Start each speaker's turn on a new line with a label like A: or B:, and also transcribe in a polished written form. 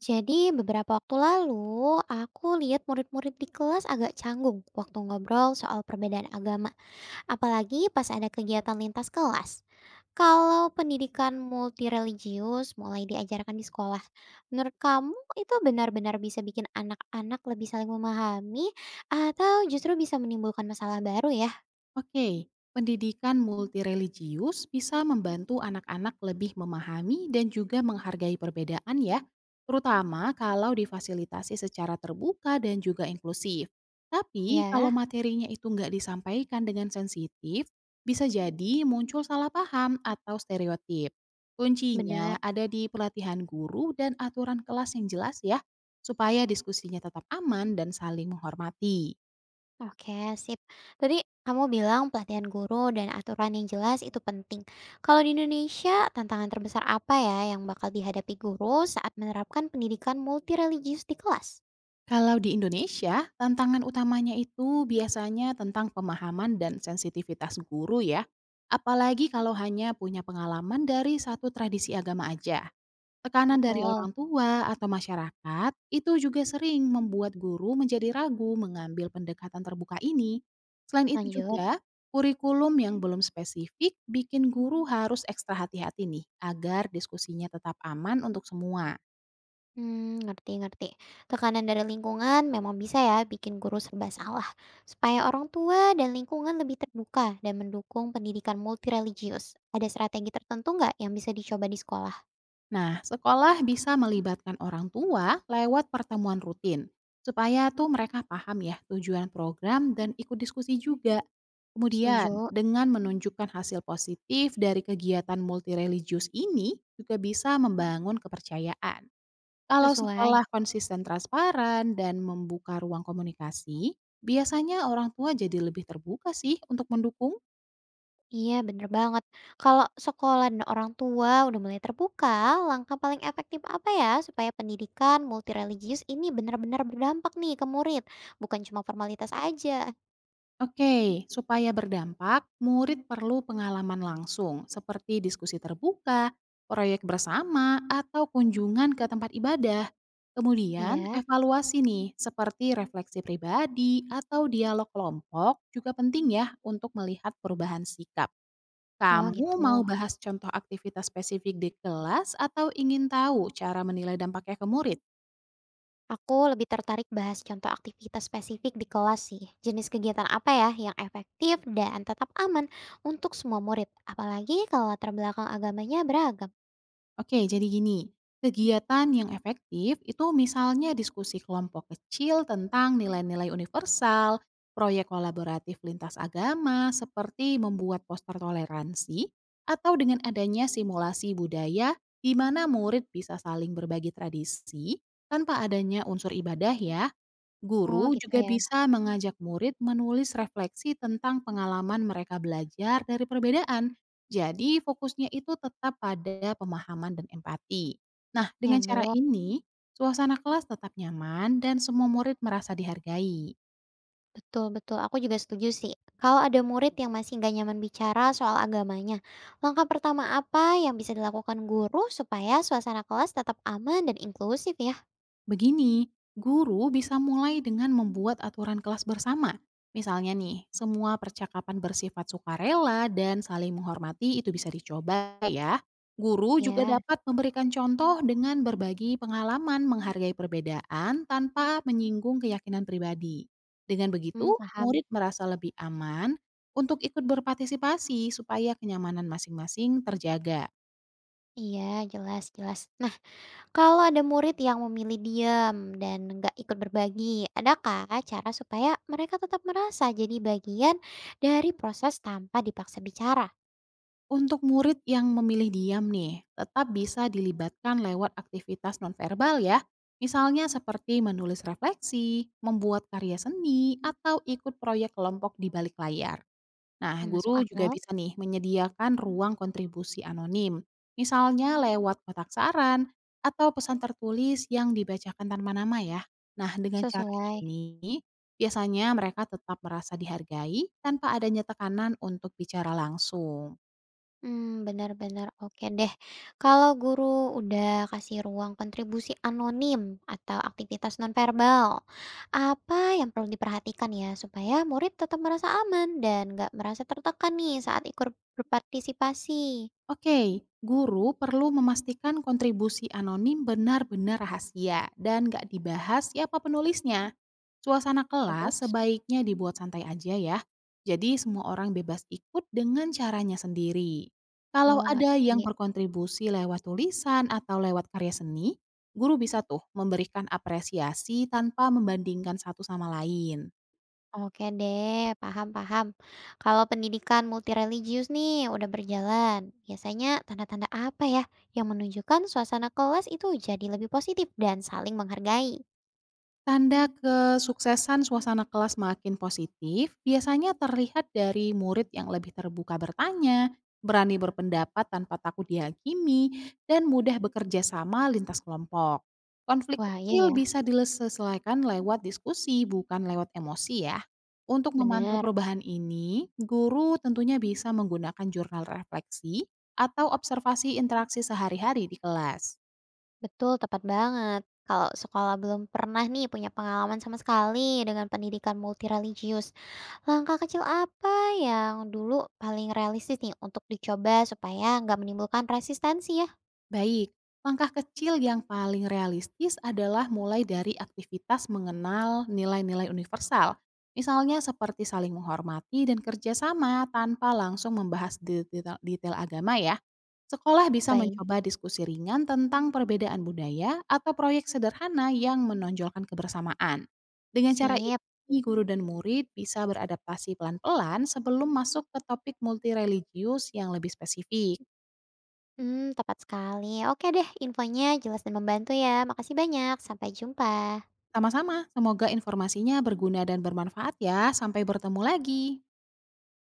A: Jadi beberapa waktu lalu, aku lihat murid-murid di kelas agak canggung waktu ngobrol soal perbedaan agama, apalagi pas ada kegiatan lintas kelas. Kalau pendidikan multireligius mulai diajarkan di sekolah, menurut kamu itu benar-benar bisa bikin anak-anak lebih saling memahami atau justru bisa menimbulkan masalah baru ya?
B: Oke, pendidikan multireligius bisa membantu anak-anak lebih memahami dan juga menghargai perbedaan ya, terutama kalau difasilitasi secara terbuka dan juga inklusif. Tapi kalau
A: Ya,
B: materinya itu nggak disampaikan dengan sensitif, bisa jadi muncul salah paham atau stereotip. Kuncinya
A: benar.
B: ada di pelatihan guru dan aturan kelas yang jelas ya, supaya diskusinya tetap aman dan saling menghormati.
A: Oke, sip. Tadi kamu bilang pelatihan guru dan aturan yang jelas itu penting. Kalau di Indonesia, tantangan terbesar apa ya yang bakal dihadapi guru saat menerapkan pendidikan multireligius di kelas?
B: Kalau di Indonesia, tantangan utamanya itu biasanya tentang pemahaman dan sensitivitas guru ya. Apalagi kalau hanya punya pengalaman dari satu tradisi agama aja. Tekanan dari
A: Betul.
B: orang tua atau masyarakat itu juga sering membuat guru menjadi ragu mengambil pendekatan terbuka ini. Selain itu
A: Lanjut.
B: juga, kurikulum yang belum spesifik bikin guru harus ekstra hati-hati nih agar diskusinya tetap aman untuk semua.
A: Ngerti, ngerti. Tekanan dari lingkungan memang bisa ya bikin guru serba salah. Supaya orang tua dan lingkungan lebih terbuka dan mendukung pendidikan multireligius. Ada strategi tertentu nggak yang bisa dicoba di sekolah?
B: Nah, sekolah bisa melibatkan orang tua lewat pertemuan rutin supaya tuh mereka paham ya tujuan program dan ikut diskusi juga. Kemudian,
A: Setuju,
B: dengan menunjukkan hasil positif dari kegiatan multireligius ini juga bisa membangun kepercayaan. Kalau
A: sesuai.
B: sekolah konsisten transparan dan membuka ruang komunikasi, biasanya orang tua jadi lebih terbuka sih untuk mendukung.
A: Iya, bener banget. Kalau sekolah dan orang tua udah mulai terbuka, langkah paling efektif apa ya supaya pendidikan multireligius ini benar-benar berdampak nih ke murid, bukan cuma formalitas aja?
B: Oke, supaya berdampak, murid perlu pengalaman langsung seperti diskusi terbuka, proyek bersama, atau kunjungan ke tempat ibadah. Kemudian,
A: Iya.
B: evaluasi nih seperti refleksi pribadi atau dialog kelompok juga penting ya untuk melihat perubahan sikap.
A: Oh
B: Kamu mau
A: gitu.
B: bahas contoh aktivitas spesifik di kelas atau ingin tahu cara menilai dampaknya ke murid?
A: Aku lebih tertarik bahas contoh aktivitas spesifik di kelas sih. Jenis kegiatan apa ya yang efektif dan tetap aman untuk semua murid, apalagi kalau latar belakang agamanya beragam.
B: Oke, jadi gini, kegiatan yang efektif itu misalnya diskusi kelompok kecil tentang nilai-nilai universal, proyek kolaboratif lintas agama seperti membuat poster toleransi, atau dengan adanya simulasi budaya di mana murid bisa saling berbagi tradisi tanpa adanya unsur ibadah ya.
A: Oh
B: Guru
A: gitu
B: juga
A: ya.
B: bisa mengajak murid menulis refleksi tentang pengalaman mereka belajar dari perbedaan. Jadi fokusnya itu tetap pada pemahaman dan empati. Nah, dengan cara
A: Nyambung.
B: ini, suasana kelas tetap nyaman dan semua murid merasa dihargai.
A: Betul betul, aku juga setuju sih. Kalau ada murid yang masih nggak nyaman bicara soal agamanya, langkah pertama apa yang bisa dilakukan guru supaya suasana kelas tetap aman dan inklusif ya?
B: Begini, guru bisa mulai dengan membuat aturan kelas bersama. Misalnya nih, semua percakapan bersifat sukarela dan saling menghormati itu bisa dicoba ya. Guru juga
A: Ya.
B: dapat memberikan contoh dengan berbagi pengalaman menghargai perbedaan tanpa menyinggung keyakinan pribadi. Dengan begitu,
A: Paham.
B: murid merasa lebih aman untuk ikut berpartisipasi supaya kenyamanan masing-masing terjaga.
A: Iya, jelas jelas. Nah, kalau ada murid yang memilih diam dan nggak ikut berbagi, adakah cara supaya mereka tetap merasa jadi bagian dari proses tanpa dipaksa bicara?
B: Untuk murid yang memilih diam nih, tetap bisa dilibatkan lewat aktivitas nonverbal ya. Misalnya seperti menulis refleksi, membuat karya seni, atau ikut proyek kelompok di balik layar. Nah,
A: Masuk
B: guru juga
A: akal,
B: bisa nih menyediakan ruang kontribusi anonim. Misalnya lewat kotak saran atau pesan tertulis yang dibacakan tanpa nama ya. Nah, dengan cara
A: sesuai.
B: ini, biasanya mereka tetap merasa dihargai tanpa adanya tekanan untuk bicara langsung.
A: Benar-benar oke deh. Kalau guru udah kasih ruang kontribusi anonim atau aktivitas nonverbal, apa yang perlu diperhatikan ya supaya murid tetap merasa aman dan nggak merasa tertekan nih saat ikut berpartisipasi?
B: Oke, guru perlu memastikan kontribusi anonim benar-benar rahasia dan nggak dibahas siapa penulisnya. Suasana kelas
A: Terus?
B: sebaiknya dibuat santai aja ya, jadi semua orang bebas ikut dengan caranya sendiri. Kalau
A: Oh,
B: ada
A: ngerti.
B: yang berkontribusi lewat tulisan atau lewat karya seni, guru bisa tuh memberikan apresiasi tanpa membandingkan satu sama lain.
A: Oke deh, paham paham. Kalau pendidikan multireligius nih udah berjalan, biasanya tanda-tanda apa ya yang menunjukkan suasana kelas itu jadi lebih positif dan saling menghargai?
B: Tanda kesuksesan suasana kelas makin positif biasanya terlihat dari murid yang lebih terbuka bertanya, berani berpendapat tanpa takut dihakimi, dan mudah bekerja sama lintas kelompok. Konflik
A: Wah, iya
B: kecil
A: ya,
B: bisa diselesaikan lewat diskusi, bukan lewat emosi ya. Untuk memantau
A: benar,
B: perubahan ini, guru tentunya bisa menggunakan jurnal refleksi atau observasi interaksi sehari-hari di kelas.
A: Betul, tepat banget. Kalau sekolah belum pernah nih punya pengalaman sama sekali dengan pendidikan multireligius, langkah kecil apa yang dulu paling realistis nih untuk dicoba supaya nggak menimbulkan resistensi ya?
B: Baik, langkah kecil yang paling realistis adalah mulai dari aktivitas mengenal nilai-nilai universal. Misalnya seperti saling menghormati dan kerjasama tanpa langsung membahas detail agama ya. Sekolah bisa
A: Baik,
B: mencoba diskusi ringan tentang perbedaan budaya atau proyek sederhana yang menonjolkan kebersamaan. Dengan cara
A: sip.
B: ini, guru dan murid bisa beradaptasi pelan-pelan sebelum masuk ke topik multireligius yang lebih spesifik.
A: Tepat sekali. Oke deh, infonya jelas dan membantu ya. Makasih banyak. Sampai jumpa.
B: Sama-sama, semoga informasinya berguna dan bermanfaat ya. Sampai bertemu lagi.